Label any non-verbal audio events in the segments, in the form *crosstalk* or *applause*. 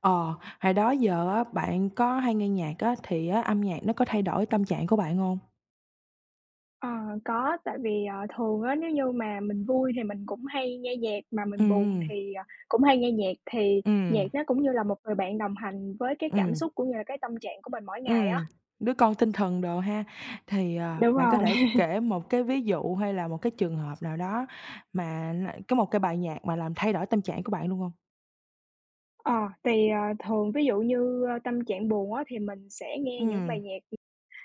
Ờ, Hồi đó giờ á, bạn có hay nghe nhạc á, thì á, âm nhạc nó có thay đổi tâm trạng của bạn hông? Ờ, có, tại vì, thường á, nếu như mà mình vui thì mình cũng hay nghe nhạc, mà mình buồn Ừm, thì, cũng hay nghe nhạc, thì nhạc ừm, nó cũng như là một người bạn đồng hành với cái cảm ừm, xúc cũng như là cái tâm trạng của mình mỗi ngày á. ừm, đứa con tinh thần đồ ha. Thì, Đúng bạn có rồi. thể *laughs* kể một cái ví dụ hay là một cái trường hợp nào đó mà nó có một cái bài nhạc mà làm thay đổi tâm trạng của bạn luôn hông? Ờ, thì, ờ, Thường ví dụ như, tâm trạng buồn á, thì mình sẽ nghe những bài Ừm, nhạc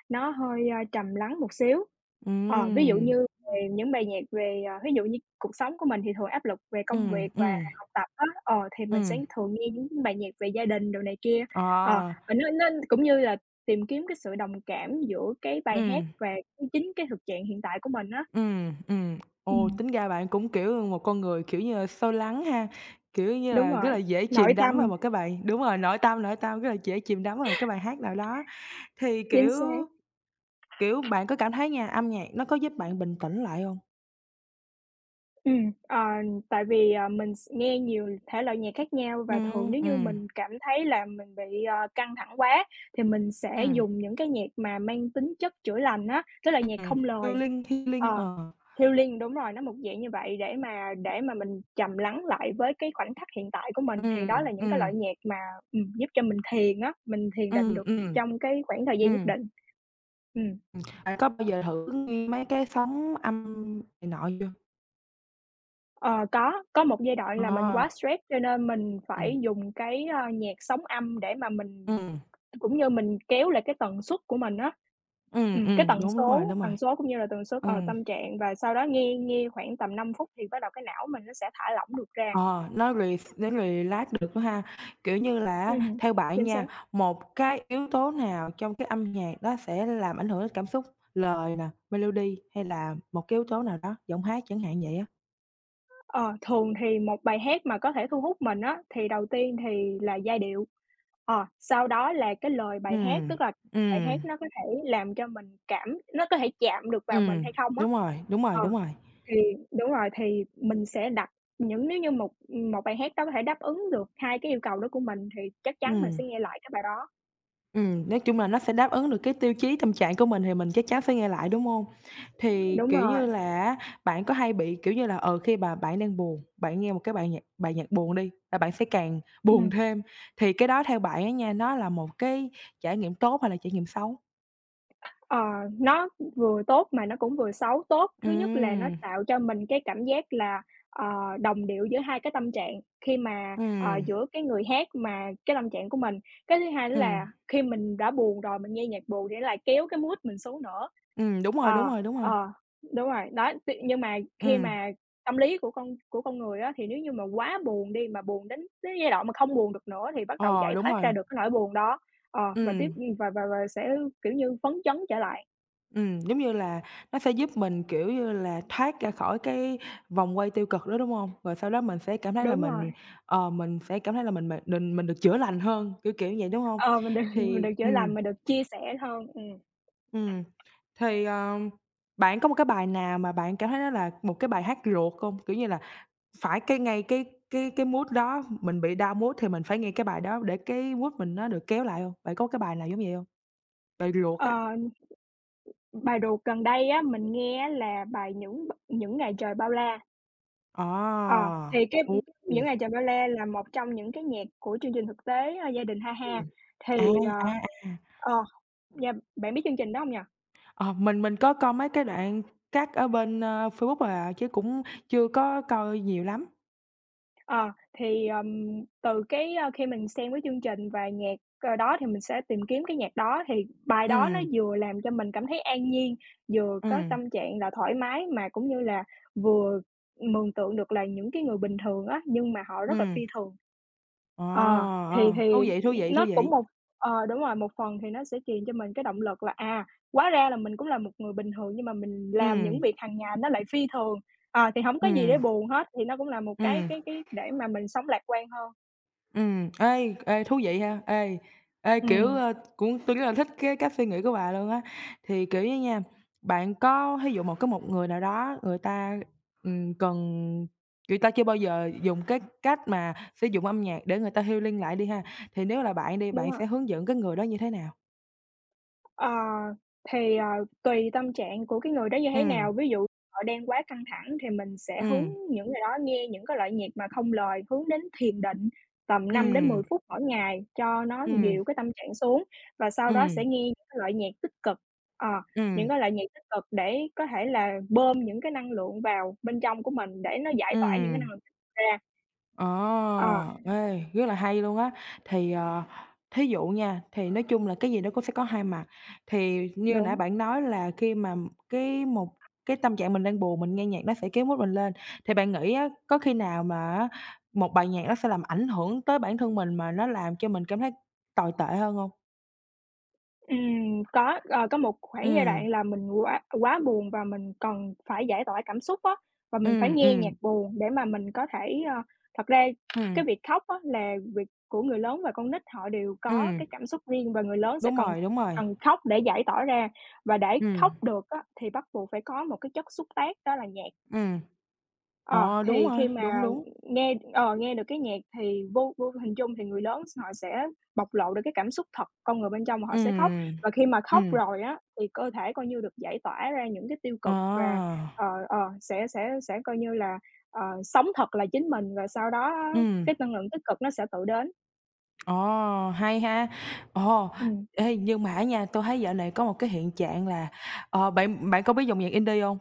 nó hơi, trầm lắng một xíu. Ờ, ví dụ ừm, như về những bài nhạc về, ví dụ như cuộc sống của mình thì thường áp lực về công ừm, việc và ừm, học tập á, thì mình sẽ ừm, thường nghe những bài nhạc về gia đình đồ này kia. Ờ, ờ, và nó cũng như là tìm kiếm cái sự đồng cảm giữa cái bài hát ừm. và chính cái thực trạng hiện tại của mình á. Ừm, ừm. Ồ, Ừm, tính ra bạn cũng, kiểu, một con người, kiểu như là, sâu lắng ha, kiểu như đúng là, rất rồi, là dễ nội chìm đắm vào tâm, một cái bài đúng rồi, nội tâm, rất là dễ chìm đắm vào một cái bài hát nào đó. Thì, chính kiểu xác. kiểu, bạn có cảm thấy nha, âm nhạc nó có giúp bạn bình tĩnh lại không? Ừ, ờ, tại vì, mình s nghe nhiều thể loại nhạc khác nhau và thường Ừm, nếu như ừm, mình cảm thấy là mình bị, căng thẳng quá thì mình sẽ ừm, dùng những cái nhạc mà mang tính chất chữa lành á, tức là nhạc ừm, không lời. healing, healing, Ờ, ờ, Healing, đúng rồi, nó một dạng như vậy để mà mình trầm lắng lại với cái khoảnh khắc hiện tại của mình, thì đó ừm, là những cái ừm, loại nhạc mà, giúp cho mình thiền á, mình thiền định ừm, được ừm, ừm, trong cái khoảng thời gian nhất ừm. định. Ừ. Bạn có bao giờ thử nghe mấy cái sóng âm này nọ chưa? Ờ, có một giai đoạn là mình Ờ, quá stress cho nên mình ừm, phải dùng cái, nhạc sóng âm để mà mình ừm, cũng như mình kéo lại cái tần suất của mình á. Cái tần đúng rồi, số đúng rồi, tần số cũng như là tần suất, ở ừm. tâm trạng và sau đó nghe nghe khoảng tầm 5 phút thì bắt đầu cái não mình nó sẽ thả lỏng được ra. Ờ, nó relax được nữa ha. Kiểu như là á, Ừm, theo bạn chính xác. nha, một cái yếu tố nào trong cái âm nhạc đó sẽ làm ảnh hưởng đến cảm xúc, lời nè, melody hay là một cái yếu tố nào đó, giọng hát chẳng hạn vậy á? Ờ, thường thì một bài hát mà có thể thu hút mình á, thì đầu tiên thì là giai điệu, sau đó là cái lời bài hát, Ừm, tức là bài hát ừm, nó có thể làm cho mình cảm nó có thể chạm được vào mình ừm, hay không á. đúng rồi, đúng rồi, Ờ. đúng rồi, Thì đúng rồi, thì mình sẽ đặt những nếu như một một bài hát đó có thể đáp ứng được 2 cái yêu cầu đó của mình thì chắc chắn mình ừm. sẽ nghe lại cái bài đó. Nói chung là nó sẽ đáp ứng được cái tiêu chí tâm trạng của mình thì mình chắc chắn sẽ nghe lại, đúng không? Thì, Đúng kiểu rồi, như là á, bạn có hay bị, kiểu như là, khi mà bạn đang buồn, bạn nghe một cái bài nhạc buồn đi, là bạn sẽ càng buồn ừm, thêm, thì cái đó theo bạn á nha, nó là một cái trải nghiệm tốt hay là trải nghiệm xấu? ờ, nó vừa tốt mà nó cũng vừa xấu. Tốt, thứ nhất là nó Ừm, tạo cho mình cái cảm giác là, ờ, đồng điệu giữa hai cái tâm trạng khi mà, ừm, giữa cái người hát mà cái tâm trạng của mình. Cái thứ hai nữa là ừm, khi mình đã buồn rồi, mình nghe nhạc buồn thì nó lại kéo cái mood mình xuống nữa. Đúng rồi, đúng Ờ, rồi, đúng rồi. ờ, Đúng rồi, đó, t nhưng mà khi Ừm, mà tâm lý của con người á, thì nếu như mà quá buồn đi, mà buồn đến đến giai đoạn mà không buồn được nữa thì bắt đầu ờ, giải đúng thoát ra rồi, được cái nỗi buồn đó, ờ, và tiếp ừ, ừm. Và sẽ, kiểu như, phấn chấn trở lại. Giống như là nó sẽ giúp mình, kiểu như là, thoát ra khỏi cái vòng quay tiêu cực đó, đúng không? Rồi sau đó mình sẽ cảm thấy là Đúng rồi, mình sẽ cảm thấy là mình được chữa lành hơn, kiểu vậy, đúng không? ờ, mình được *laughs* mình được Thì chữa ừm, lành, mình được chia sẻ hơn. ừm, thì, bạn có một cái bài nào mà bạn cảm thấy nó là một cái bài hát ruột không? Kiểu như là, phải cái ngay cái mood đó, mình bị down mood thì mình phải nghe cái bài đó để cái mood mình nó được kéo lại không? Bạn có cái bài nào giống vậy không? Bài ruột á. Ờ, bài ruột gần đây á, mình nghe á là bài Những Ngày Trời Bao La", ờ, À! thì cái Ồ! "Những Ngày Trời Bao La" là một trong những cái nhạc của chương trình thực tế, "Gia đình Ha Ha", Ừm. À, thì, ờ, à, à. ờ Dạ, bạn biết chương trình đó hông nhỉ? Ờ, mình có coi mấy cái đoạn cắt ở bên, Facebook thôi à, chứ cũng chưa có coi nhiều lắm. Ờ, thì, ờm, Từ cái, khi mình xem cái chương trình và nhạc, đó thì mình sẽ tìm kiếm cái nhạc đó, thì bài đó nó Ừm, vừa làm cho mình cảm thấy an nhiên, vừa có ừm, tâm trạng là thoải mái mà cũng như là vừa mường tượng được là những cái người bình thường á, nhưng mà họ rất là phi ừm. thường. Ờ, Ờ, ờ, thú thì, vị, thú vị, thú nó cũng vị. một ờ, Đúng rồi, một phần thì nó sẽ truyền cho mình cái động lực là, hóa ra là mình cũng là một người bình thường nhưng mà mình làm những Ừm, việc hàng ngày nó lại phi thường, thì hổng có gì để ừm, buồn hết, thì nó cũng là một cái ừm. cái cái để mà mình sống lạc quan hơn. Ừ, ê, ê, thú vị ha, ê, ê, kiểu, Ừm, cũng tôi rất là thích cái cách suy nghĩ của bà luôn á. Thì, kiểu như nha, bạn có ví dụ một cái một người nào đó người ta, cần người ta chưa bao giờ dùng cái cách mà sử dụng âm nhạc để người ta healing lại đi ha, thì nếu là bạn đi, đúng bạn rồi. sẽ hướng dẫn cái người đó như thế nào? Ờ, thì, ờ, Tùy tâm trạng của cái người đó như Ừ, thế nào, ví dụ họ đang quá căng thẳng thì mình sẽ hướng ừ, những người đó nghe những cái loại nhạc mà không lời, hướng đến thiền định tầm ừ, năm đến mười phút mỗi ngày cho nó ừ, dịu cái tâm trạng xuống, và sau ừ, đó sẽ nghe những cái loại nhạc tích cực, ờ, ừ. những cái loại nhạc tích cực để có thể là bơm những cái năng lượng vào bên trong của mình để nó giải tỏa những cái năng Ừm. lượng tích cực ra. Ờ, Ờ, ê, rất là hay luôn á. Thì, thí dụ nha, thì nói chung là cái gì nó cũng sẽ có hai mặt. Thì như nãy đúng. bạn nói là khi mà cái một cái tâm trạng mình đang buồn, mình nghe nhạc nó sẽ kéo mood mình lên. Thì bạn nghĩ á, có khi nào mà á, một bài nhạc nó sẽ làm ảnh hưởng tới bản thân mình mà nó làm cho mình cảm thấy tồi tệ hơn không? Có, có một Ừ, khoảng giai đoạn là mình quá quá buồn và mình cần phải giải tỏa cảm xúc á, và mình phải ừ, nghe ừ, nhạc buồn để mà mình có thể, thật ra ừ, cái việc khóc á là việc của người lớn và con nít họ đều có ừm, cái cảm xúc riêng và người lớn sẽ đúng cần rồi, đúng rồi. cần khóc để giải tỏa ra, và để Ừ, khóc được á thì bắt buộc phải có một cái chất xúc tác đó là nhạc. ừ, Ờ, ờ, đúng thì khi rồi, đúng, mà đúng. nghe, nghe được cái nhạc thì vô vô hình chung thì người lớn họ sẽ bộc lộ được cái cảm xúc thật con người bên trong họ Ừ, sẽ khóc. Và khi mà khóc ừ, rồi á, thì cơ thể coi như được giải tỏa ra những cái tiêu ờ. cực và, sẽ coi như là, sống thật là chính mình và sau đó á Ừm, cái năng lượng tích cực nó sẽ tự đến. ồ, hay ha. Ồ, Ừm, ê, nhưng mà á nha, tôi thấy dạo này có một cái hiện trạng là, bạn bạn có biết dòng nhạc indie hông?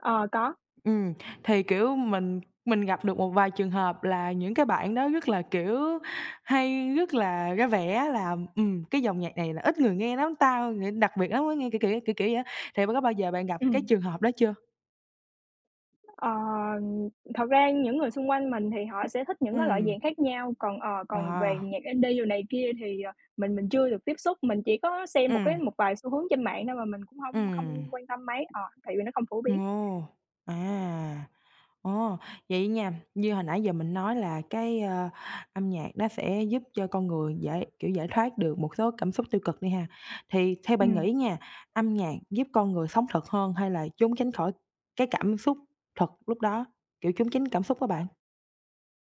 ờ, có, Ừm, thì, kiểu, mình gặp được một vài trường hợp là những cái bạn đó rất là, kiểu, hay rất là ra vẻ là, cái dòng nhạc này là ít người nghe lắm tao, ng đặc biệt lắm mới nghe, kiểu kiểu, kiểu kiểu vậy á. Thì bạn có bao giờ bạn gặp cái ừm. trường hợp đó chưa? Ờ, thật ra những người xung quanh mình thì họ sẽ thích những cái loại nhạc Ừm, khác nhau, còn, còn về à, nhạc indie đồ này kia thì, mình chưa được tiếp xúc, mình chỉ có xem ừm, một vài xu hướng trên mạng thôi mà mình cũng không ừm, không quan tâm mấy, tại vì nó không phổ biến. ồ, à. Ồ, vậy nha, như hồi nãy giờ mình nói là cái, âm nhạc nó sẽ giúp cho con người giải kiểu, giải thoát được một số cảm xúc tiêu cực đi ha. Thì theo bạn Ừm. nghĩ nha, âm nhạc giúp con người sống thật hơn hay là trốn tránh khỏi cái cảm xúc thật lúc đó, kiểu, trốn tránh cảm xúc á bạn?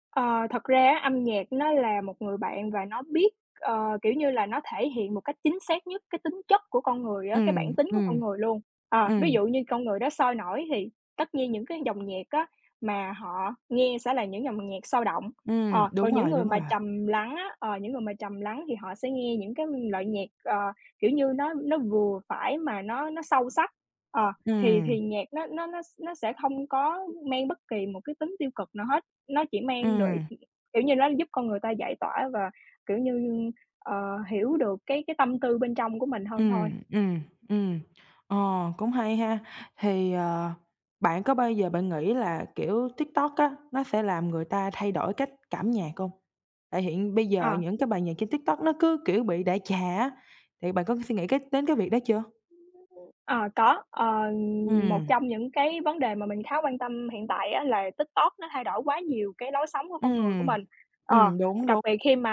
Ờ, thật ra á, âm nhạc nó là một người bạn và nó biết, kiểu như là, nó thể hiện một cách chính xác nhất cái tính chất của con người á, cái bản Ừm, tính của con ừm, người luôn. Ờ, ví ừm, dụ như con người đó sôi nổi thì tất nhiên những cái dòng nhạc á, mà họ nghe sẽ là những dòng nhạc sôi động. Ờ, còn đúng những rồi, người đúng mà rồi. trầm lắng á, những người mà trầm lắng thì họ sẽ nghe những cái loại nhạc, kiểu như, nó vừa phải mà nó sâu sắc. Ờ, thì Ừm, nhạc nó sẽ không có mang bất kỳ một cái tính tiêu cực nào hết. Nó chỉ mang được ừm. kiểu như, nó giúp con người ta giải tỏa và, kiểu như, ờ, hiểu được cái tâm tư bên trong của mình Ừ, hơn thôi. ừ, ừ. Ờ, cũng hay ha. Thì, bạn có bao giờ bạn nghĩ là, kiểu, TikTok á, nó sẽ làm người ta thay đổi cách cảm nhạc không? Tại hiện bây Ờ. giờ những cái bài nhạc trên TikTok nó cứ, kiểu, bị đại trà á, thì bạn có suy nghĩ cái đến cái việc đó chưa? Ờ, có, Ừ, một trong những cái vấn đề mà mình khá quan tâm hiện tại á là TikTok nó thay đổi quá nhiều cái lối sống của ừ, con người của mình. ừ, Ờ, đúng, đặc đúng, biệt khi mà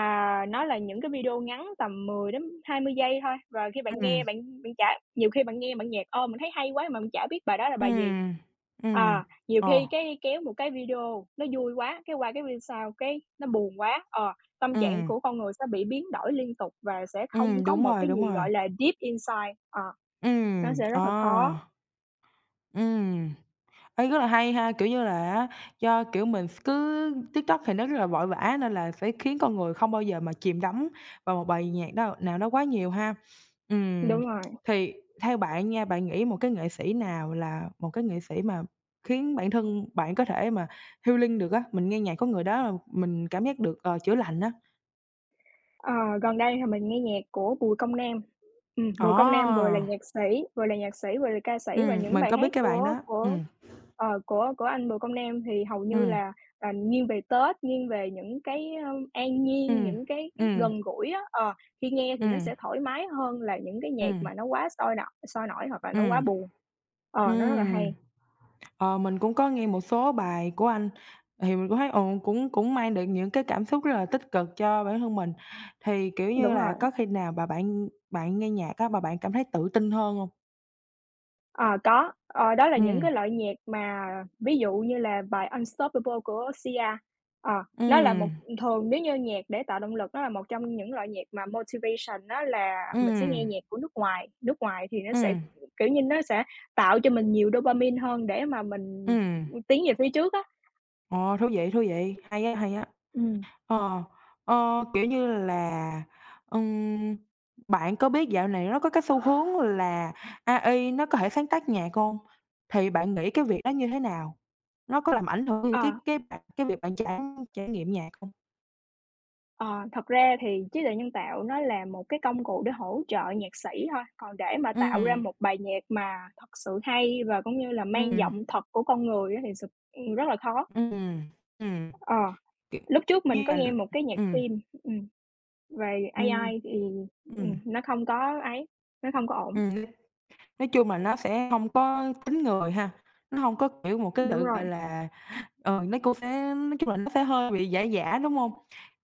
nó là những cái video ngắn tầm 10 đến 20 giây thôi, và khi ừ, bạn nghe bạn bạn chả nhiều khi bạn nghe bạn nhạc, ô mình thấy hay quá mà mình chả biết bài đó là ừ, bài gì. ừm, À, nhiều ờ, khi cái kéo một cái video nó vui quá, cái qua cái video sau cái nó buồn quá, tâm ừ, trạng của con người sẽ bị biến đổi liên tục và sẽ ừ, không có một cái đúng gì, gọi rồi, là, deep insight, ờ. ừ, Nó sẽ rất là khó, ờ, ừ. Thấy rất là hay ha, kiểu như là á, do, kiểu, mình s cứ TikTok thì nó rất là vội vã nên là sẽ khiến con người không bao giờ mà chìm đắm vào một bài nhạc đó nào đó quá nhiều ha. Ừm, đúng rồi. thì theo bạn nha, bạn nghĩ một cái nghệ sĩ nào là một cái nghệ sĩ mà khiến bản thân bạn có thể mà healing được á? Mình nghe nhạc của người đó là mình cảm giác được, chữa lành á. Ờ, gần đây thì mình nghe nhạc của Bùi Công Nam. Ờ, Bùi Công Nam vừa là nhạc sĩ, vừa là ca sĩ và những mình bài có biết hát cái bạn đó. của, ờ, của anh Bùi Công Nam thì hầu như ừm, là, nghiêng về Tết, nghiêng về những cái, an nhiên, ừm, những cái ừm, gần gũi á, khi nghe thì nó ừm, sẽ thoải mái hơn là những cái nhạc ừm, mà nó quá sôi nổi hoặc là nó quá ừm, buồn. Ờ, nó rất là ừm. hay, Ờ, mình cũng có nghe một số bài của anh, thì mình cũng thấy, ừ, cũng cũng mang được những cái cảm xúc rất là tích cực cho bản thân mình. Thì, kiểu như đúng là, rồi. có khi nào bà bạn bạn nghe nhạc á, bà bạn cảm thấy tự tin hơn không? Ờ, có, đó là những cái Ừm. loại nhạc mà ví dụ như là bài Unstoppable của Sia. ờ, nó là một Ừm, thường nếu như nhạc để tạo động lực, nó là một trong những loại nhạc mà motivation, đó là mình sẽ nghe ừm, nhạc của nước ngoài. Nước ngoài thì nó sẽ, ừm, kiểu như, nó sẽ tạo cho mình nhiều dopamine hơn để mà mình ừm. tiến về phía trước á. Ồ, thú vị, hay á, hay á. Ừm, Ờ, ờ, kiểu như là, ừm, bạn có biết dạo này nó có cái xu hướng là AI nó có thể sáng tác nhạc không? Thì bạn nghĩ cái việc đó như thế nào? Nó có làm ảnh hưởng ờ. Cái việc bạn trải trải nghiệm nhạc không? Ờ, Thật ra thì trí tuệ nhân tạo nó là một cái công cụ để hỗ trợ nhạc sĩ thôi, còn để mà tạo ra Ừm, một bài nhạc mà thật sự hay và cũng như là mang ừm, giọng thật của con người á thì s rất là khó. ừm, ừm, Ờ, kiểu Lúc trước mình với có lại nghe một cái nhạc ừm, phim, về ừm, AI thì, ừm, nó không có ấy, nó không có ổn. ừm, nói chung là nó sẽ không có tính người ha, nó không có, kiểu, một cái Đúng sự, rồi, gọi là ờ nó cũng sẽ nói chung là nó sẽ hơi bị giả giả, đúng hông?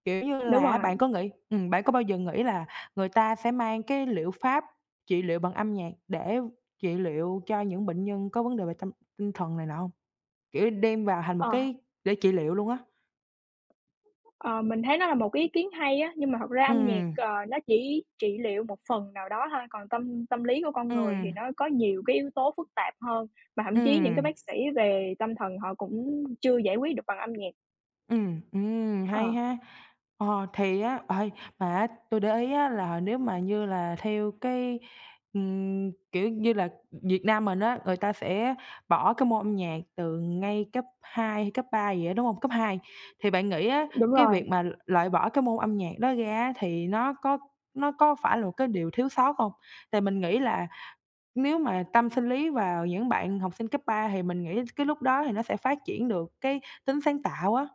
Kiểu như đúng là á, rồi. bạn có nghĩ bạn có bao giờ nghĩ là người ta sẽ mang cái liệu pháp trị liệu bằng âm nhạc để trị liệu cho những bệnh nhân có vấn đề về tâm tinh thần này nọ hông? Kiểu, đem vào thành một ờ. cái để trị liệu luôn á. Ờ, mình thấy nó là một cái ý kiến hay á, nhưng mà thật ra âm nhạc, Ừm, nó chỉ trị liệu một phần nào đó thôi, còn tâm tâm lý của con người thì ừm, nó có nhiều cái yếu tố phức tạp hơn, mà thậm chí những cái ừm. bác sĩ về tâm thần họ cũng chưa giải quyết được bằng âm nhạc. Ờ, Hay ha. Ờ, thì á, ơi, mà á tui để ý á là nếu mà như là theo cái, kiểu như là, Việt Nam mình á, người ta sẽ bỏ cái môn âm nhạc từ ngay cấp 2, hay cấp 3 gì á, đúng hông? Cấp 2 thì bạn nghĩ á, đúng cái rồi, việc mà loại bỏ cái môn âm nhạc đó ra á thì nó có phải là một cái điều thiếu sót hông? Tại mình nghĩ là nếu mà tâm sinh lý vào những bạn học sinh cấp 3 thì mình nghĩ cái lúc đó thì nó sẽ phát triển được cái tính sáng tạo á.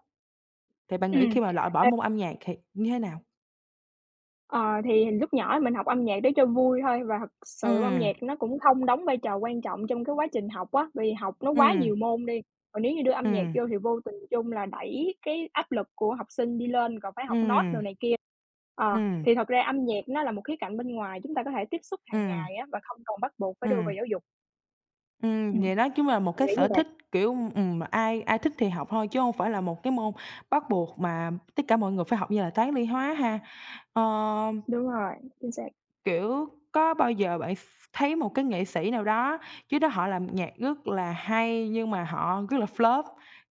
Thì bạn nghĩ ừm. khi mà loại bỏ môn âm nhạc thì như thế nào? Ờ, thì lúc nhỏ mình học âm nhạc để cho vui thôi, và thật sự âm Ừm, nhạc nó cũng không đóng vai trò quan trọng trong cái quá trình học á, vì học nó quá nhiều ừm, môn đi. Còn nếu như đưa âm nhạc ừm, vô thì vô tình chung là đẩy cái áp lực của học sinh đi lên, còn phải học nốt đồ ừm, này kia. Ừm, Thì thật ra âm nhạc nó là một khía cạnh bên ngoài chúng ta có thể tiếp xúc hàng ừm, ngày á, và không còn bắt buộc phải đưa vào ừm, giáo dục. Ừm, vậy đó chính là một mình cái nghĩ như sở vậy. thích, kiểu, ai ai thích thì học thôi chứ hông phải là một cái môn bắt buộc mà tất cả mọi người phải học như là toán, lý, hóa ha. Ờ. Đúng rồi, chính xác. Kiểu, có bao giờ bạn thấy một cái nghệ sĩ nào đó, trước đó họ làm nhạc rất là hay nhưng mà họ rất là flop,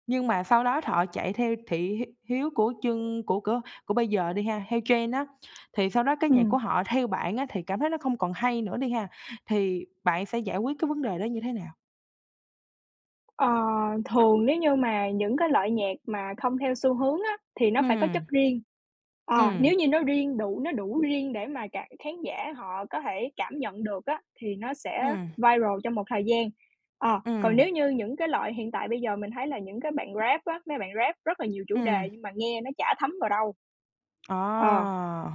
nhưng mà sau đó họ chạy theo thị hiếu hiếu của chương của bây giờ đi ha, theo trend á, thì sau đó cái nhạc Ừm. của họ theo bạn á thì cảm thấy nó không còn hay nữa đi ha, thì bạn sẽ giải quyết cái vấn đề đó như thế nào? Ờ, Thường nếu như mà những cái loại nhạc mà không theo xu hướng á, thì nó phải có Ừm, chất riêng. Ừm, Nếu như nó đủ riêng để mà cả khán giả họ có thể cảm nhận được á, thì nó sẽ ừm, viral trong một thời gian. Còn nếu ừm, như những cái loại hiện tại bây giờ mình thấy là những cái bạn Rap á, mấy bạn Rap rất là nhiều chủ đề ừm. nhưng mà nghe nó chả thấm vào đâu. Ờ, Ờ,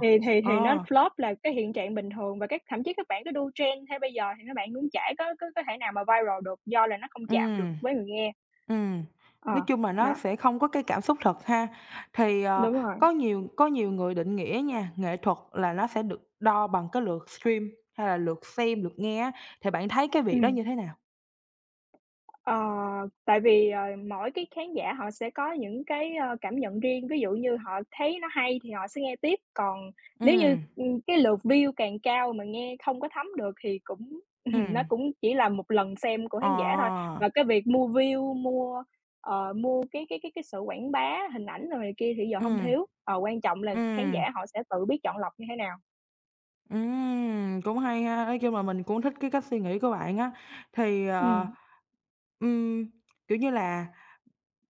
thì nó ờ, flop là cái hiện trạng bình thường, và các thậm chí các bạn cứ đu trend theo bây giờ thì các bạn cũng chả có thể nào mà viral được, do là nó không chạm được ừm. với người nghe. Ừm, Ờ, nói chung là nó đó, sẽ không có cái cảm xúc thật ha. Thì, đúng rồi, có nhiều người định nghĩa nha, nghệ thuật là nó sẽ được đo bằng cái lượt stream hay là lượt xem, lượt nghe á, thì bạn thấy cái việc đó ừm. như thế nào? Ờ, Tại vì, mỗi cái khán giả họ sẽ có những cái, cảm nhận riêng, ví dụ như họ thấy nó hay thì họ sẽ nghe tiếp, còn nếu như, Ừm, cái lượt view càng cao mà nghe không có thấm được thì cũng *laughs* nó ừm, cũng chỉ là một lần xem của ờ, khán giả thôi. Và cái việc mua view, mua, mua cái sự quảng bá, hình ảnh rồi này kia thì giờ hông ừm, thiếu, quan trọng là khán ừm, giả họ sẽ tự biết chọn lọc như thế nào. Cũng hay ha, nói chung là mình cũng thích cái cách suy nghĩ của bạn á. Thì, Ừm, ừm, kiểu như là.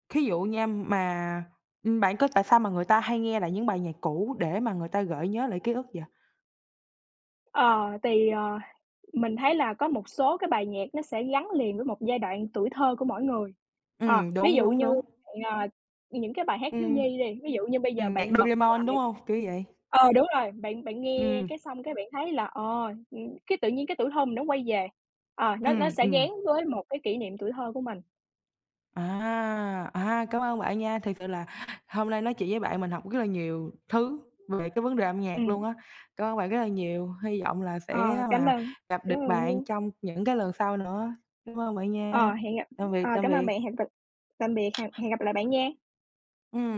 Thí dụ nha, mà, bạn có tại sao mà người ta hay nghe lại những bài nhạc cũ để mà người ta gợi nhớ lại ký ức vậy? ờ, thì, ờ Mình thấy là có một số cái bài nhạc nó sẽ gắn liền với một giai đoạn tuổi thơ của mỗi người. Ví Đúng, dụ đúng, như đúng. ờ, những cái bài hát thiếu Ừm, nhi đi, ví dụ như bây giờ nhạc bạn bật Doraemon, đúng lại. hông? Kiểu vậy. Đúng rồi, bạn bạn nghe Ừm, cái xong cái bạn thấy là, ừm, cái tự nhiên cái tuổi thơ mình nó quay về, ờ, nó ừm, sẽ ừm. gắn với một cái kỷ niệm tuổi thơ của mình. À, à, cảm ơn bạn nha. Thiệt sự là hôm nay nói chuyện với bạn mình học rất là nhiều thứ về cái vấn đề âm nhạc Ừm, luôn á. Cảm ơn bạn rất là nhiều, hy vọng là ờ, sẽ cảm mà ơn gặp cảm ơn được bạn nha. bạn trong những cái lần sau nữa. Cảm ơn bạn nha. Ờ, hẹn gặp. Tạm biệt, tạm Cảm ơn biệt. bạn, hẹn gặp, tạm biệt, hẹn hẹn gặp lại bạn nha. Ừm.